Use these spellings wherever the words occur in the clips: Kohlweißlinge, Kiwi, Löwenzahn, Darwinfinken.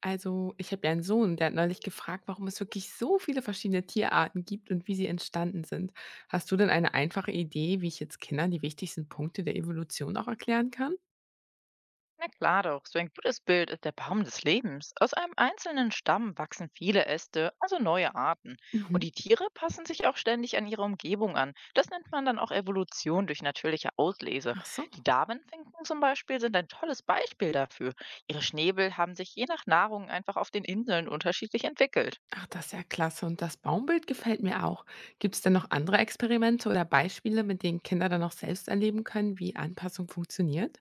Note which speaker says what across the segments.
Speaker 1: Also, ich habe ja einen Sohn, der hat neulich gefragt, warum es wirklich so viele verschiedene Tierarten gibt und wie sie entstanden sind. Hast du denn eine einfache Idee, wie ich jetzt Kindern die wichtigsten Punkte der Evolution auch erklären kann?
Speaker 2: Na klar doch, so ein gutes Bild ist der Baum des Lebens. Aus einem einzelnen Stamm wachsen viele Äste, also neue Arten. Und
Speaker 1: Mhm.
Speaker 2: die Tiere passen sich auch ständig an ihre Umgebung an. Das nennt man dann auch Evolution durch natürliche Auslese.
Speaker 1: Ach so.
Speaker 2: Die Darwinfinken zum Beispiel sind ein tolles Beispiel dafür. Ihre Schnäbel haben sich je nach Nahrung einfach auf den Inseln unterschiedlich entwickelt.
Speaker 1: Ach, das ist ja klasse. Und das Baumbild gefällt mir auch. Gibt es denn noch andere Experimente oder Beispiele, mit denen Kinder dann auch selbst erleben können, wie Anpassung funktioniert?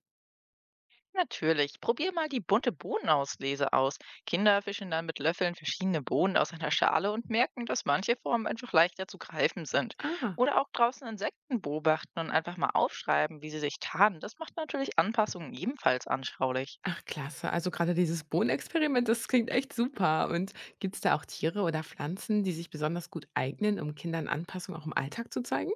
Speaker 2: Natürlich. Probier mal die bunte Bohnenauslese aus. Kinder fischen dann mit Löffeln verschiedene Bohnen aus einer Schale und merken, dass manche Formen einfach leichter zu greifen sind.
Speaker 1: Ah.
Speaker 2: Oder auch draußen Insekten beobachten und einfach mal aufschreiben, wie sie sich tarnen. Das macht natürlich Anpassungen ebenfalls anschaulich.
Speaker 1: Ach, klasse. Also gerade dieses Bohnenexperiment, das klingt echt super. Und gibt es da auch Tiere oder Pflanzen, die sich besonders gut eignen, um Kindern Anpassung auch im Alltag zu zeigen?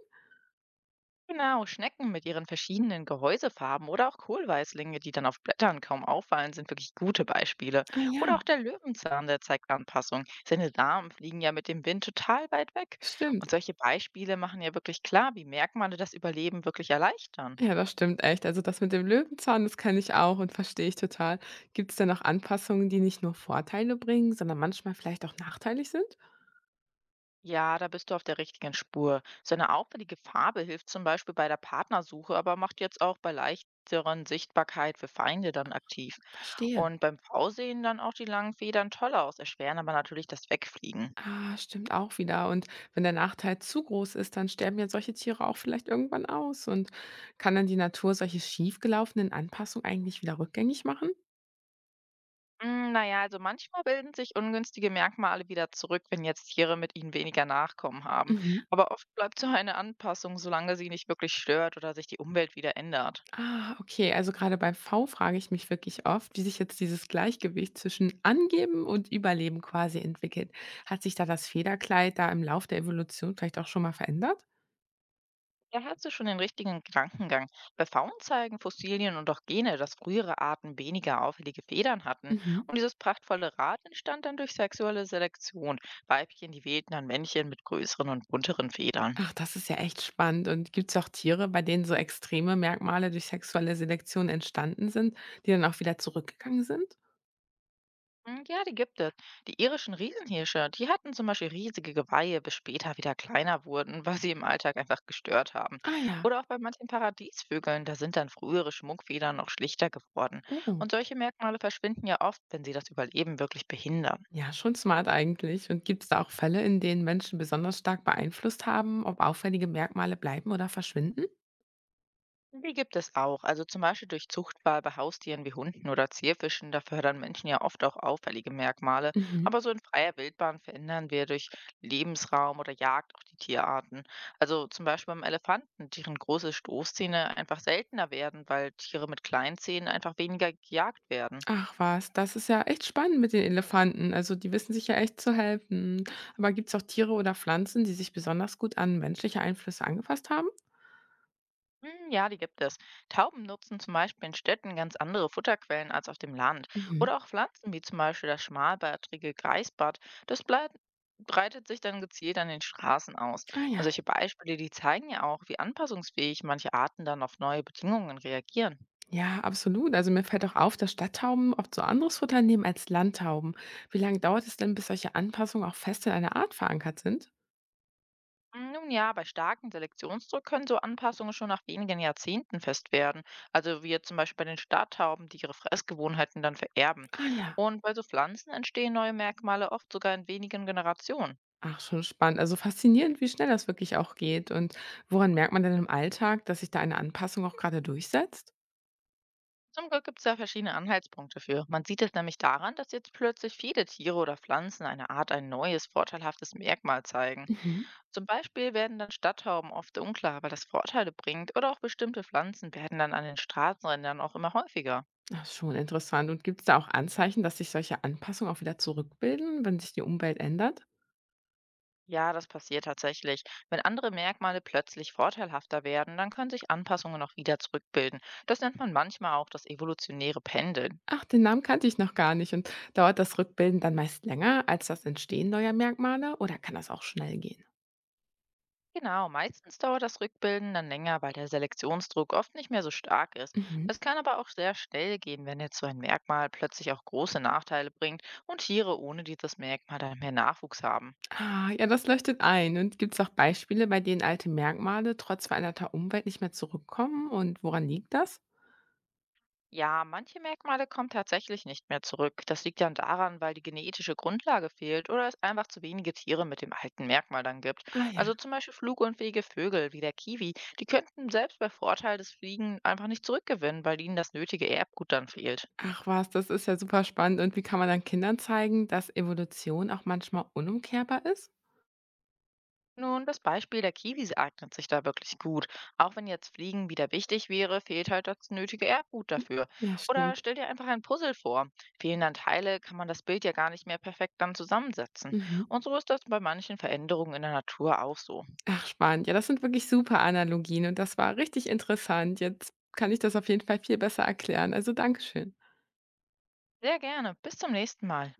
Speaker 2: Genau, Schnecken mit ihren verschiedenen Gehäusefarben oder auch Kohlweißlinge, die dann auf Blättern kaum auffallen, sind wirklich gute Beispiele.
Speaker 1: Ah ja,
Speaker 2: Oder auch der Löwenzahn, der zeigt Anpassung. Seine Samen fliegen ja mit dem Wind total weit weg.
Speaker 1: stimmt.
Speaker 2: Und solche Beispiele machen ja wirklich klar, wie Merkmale das Überleben wirklich erleichtern.
Speaker 1: Ja, das stimmt echt. Also das mit dem Löwenzahn, das kenne ich auch und verstehe ich total. Gibt es denn auch Anpassungen, die nicht nur Vorteile bringen, sondern manchmal vielleicht auch nachteilig sind?
Speaker 2: Ja, da bist du auf der richtigen Spur. So eine auffällige Farbe hilft zum Beispiel bei der Partnersuche, aber macht jetzt auch bei leichteren Sichtbarkeit für Feinde dann aktiv.
Speaker 1: Verstehe.
Speaker 2: Und beim V sehen dann auch die langen Federn toll aus, erschweren aber natürlich das Wegfliegen.
Speaker 1: Ah, stimmt auch wieder. Und wenn der Nachteil zu groß ist, dann sterben ja solche Tiere auch vielleicht irgendwann aus. Und kann dann die Natur solche schiefgelaufenen Anpassungen eigentlich wieder rückgängig machen?
Speaker 2: Naja, also manchmal bilden sich ungünstige Merkmale wieder zurück, wenn jetzt Tiere mit ihnen weniger Nachkommen haben.
Speaker 1: Mhm.
Speaker 2: Aber oft bleibt so eine Anpassung, solange sie nicht wirklich stört oder sich die Umwelt wieder ändert.
Speaker 1: Ah, okay. Also gerade bei V frage ich mich wirklich oft, wie sich jetzt dieses Gleichgewicht zwischen Angeben und Überleben quasi entwickelt. Hat sich da das Federkleid da im Lauf der Evolution vielleicht auch schon mal verändert?
Speaker 2: Da hast du schon den richtigen Gedankengang. Bei Faunen zeigen Fossilien und auch Gene, dass frühere Arten weniger auffällige Federn hatten.
Speaker 1: Mhm.
Speaker 2: Und dieses prachtvolle Rad entstand dann durch sexuelle Selektion. Weibchen, die wählten dann Männchen mit größeren und bunteren Federn.
Speaker 1: Ach, das ist ja echt spannend. Und gibt es auch Tiere, bei denen so extreme Merkmale durch sexuelle Selektion entstanden sind, die dann auch wieder zurückgegangen sind?
Speaker 2: Ja, die gibt es. Die irischen Riesenhirsche, die hatten zum Beispiel riesige Geweihe, bis später wieder kleiner wurden, weil sie im Alltag einfach gestört haben.
Speaker 1: Ah ja.
Speaker 2: Oder auch bei manchen Paradiesvögeln, da sind dann frühere Schmuckfedern noch schlichter geworden.
Speaker 1: Oh.
Speaker 2: Und solche Merkmale verschwinden ja oft, wenn sie das Überleben wirklich behindern.
Speaker 1: Ja, schon smart eigentlich. Und gibt es da auch Fälle, in denen Menschen besonders stark beeinflusst haben, ob auffällige Merkmale bleiben oder verschwinden?
Speaker 2: Die gibt es auch. Also zum Beispiel durch Zuchtwahl bei Haustieren wie Hunden oder Zierfischen, da fördern Menschen ja oft auch auffällige Merkmale.
Speaker 1: Mhm.
Speaker 2: Aber so in freier Wildbahn verändern wir durch Lebensraum oder Jagd auch die Tierarten. Also zum Beispiel beim Elefanten, deren große Stoßzähne einfach seltener werden, weil Tiere mit kleinen Zähnen einfach weniger gejagt werden.
Speaker 1: Ach was, das ist ja echt spannend mit den Elefanten. Also die wissen sich ja echt zu helfen. Aber gibt es auch Tiere oder Pflanzen, die sich besonders gut an menschliche Einflüsse angepasst haben?
Speaker 2: Ja, die gibt es. Tauben nutzen zum Beispiel in Städten ganz andere Futterquellen als auf dem Land.
Speaker 1: Mhm.
Speaker 2: Oder auch Pflanzen wie zum Beispiel das schmalbärtrige Greisbad. Das blei- breitet sich dann gezielt an den Straßen aus.
Speaker 1: Ah
Speaker 2: Und
Speaker 1: ja.
Speaker 2: solche Beispiele, die zeigen ja auch, wie anpassungsfähig manche Arten dann auf neue Bedingungen reagieren.
Speaker 1: Ja, absolut. Also mir fällt auch auf, dass Stadttauben oft so anderes Futter nehmen als Landtauben. Wie lange dauert es denn, bis solche Anpassungen auch fest in einer Art verankert sind?
Speaker 2: Nun ja, bei starkem Selektionsdruck können so Anpassungen schon nach wenigen Jahrzehnten fest werden. Also wie jetzt zum Beispiel bei den Stadttauben, die ihre Fressgewohnheiten dann vererben.
Speaker 1: Ah ja.
Speaker 2: Und bei so Pflanzen entstehen neue Merkmale oft sogar in wenigen Generationen.
Speaker 1: Ach, schon spannend. Also faszinierend, wie schnell das wirklich auch geht. Und woran merkt man denn im Alltag, dass sich da eine Anpassung auch gerade durchsetzt?
Speaker 2: Zum Glück gibt es da verschiedene Anhaltspunkte für. Man sieht es nämlich daran, dass jetzt plötzlich viele Tiere oder Pflanzen einer Art ein neues, vorteilhaftes Merkmal zeigen.
Speaker 1: Mhm.
Speaker 2: Zum Beispiel werden dann Stadttauben oft unklar, weil das Vorteile bringt, oder auch bestimmte Pflanzen werden dann an den Straßenrändern auch immer häufiger.
Speaker 1: Ach, schon interessant. Und gibt es da auch Anzeichen, dass sich solche Anpassungen auch wieder zurückbilden, wenn sich die Umwelt ändert?
Speaker 2: Ja, das passiert tatsächlich. Wenn andere Merkmale plötzlich vorteilhafter werden, dann können sich Anpassungen auch wieder zurückbilden. Das nennt man manchmal auch das evolutionäre Pendeln.
Speaker 1: Ach, den Namen kannte ich noch gar nicht. Und dauert das Rückbilden dann meist länger als das Entstehen neuer Merkmale oder kann das auch schnell gehen?
Speaker 2: Genau, meistens dauert das Rückbilden dann länger, weil der Selektionsdruck oft nicht mehr so stark ist.
Speaker 1: Mhm.
Speaker 2: Es kann aber auch sehr schnell gehen, wenn jetzt so ein Merkmal plötzlich auch große Nachteile bringt und Tiere ohne dieses Merkmal dann mehr Nachwuchs haben.
Speaker 1: Ah, ja, das leuchtet ein. Und gibt's auch Beispiele, bei denen alte Merkmale trotz veränderter Umwelt nicht mehr zurückkommen? Und woran liegt das?
Speaker 2: Ja, manche Merkmale kommen tatsächlich nicht mehr zurück. Das liegt dann daran, weil die genetische Grundlage fehlt oder es einfach zu wenige Tiere mit dem alten Merkmal dann gibt.
Speaker 1: Ah ja.
Speaker 2: Also zum Beispiel flugunfähige Vögel wie der Kiwi, die könnten selbst bei Vorteil des Fliegen einfach nicht zurückgewinnen, weil ihnen das nötige Erbgut dann fehlt.
Speaker 1: Ach was, das ist ja super spannend. Und wie kann man dann Kindern zeigen, dass Evolution auch manchmal unumkehrbar ist?
Speaker 2: Nun, das Beispiel der Kiwis eignet sich da wirklich gut. Auch wenn jetzt Fliegen wieder wichtig wäre, fehlt halt das nötige Erbgut dafür.
Speaker 1: Ja,
Speaker 2: Oder
Speaker 1: stimmt.
Speaker 2: stell dir einfach ein Puzzle vor. Fehlen dann Teile, kann man das Bild ja gar nicht mehr perfekt dann zusammensetzen.
Speaker 1: Mhm.
Speaker 2: Und so ist das bei manchen Veränderungen in der Natur auch so.
Speaker 1: Ach, spannend. Ja, das sind wirklich super Analogien und das war richtig interessant. Jetzt kann ich das auf jeden Fall viel besser erklären. Also Dankeschön.
Speaker 2: Sehr gerne. Bis zum nächsten Mal.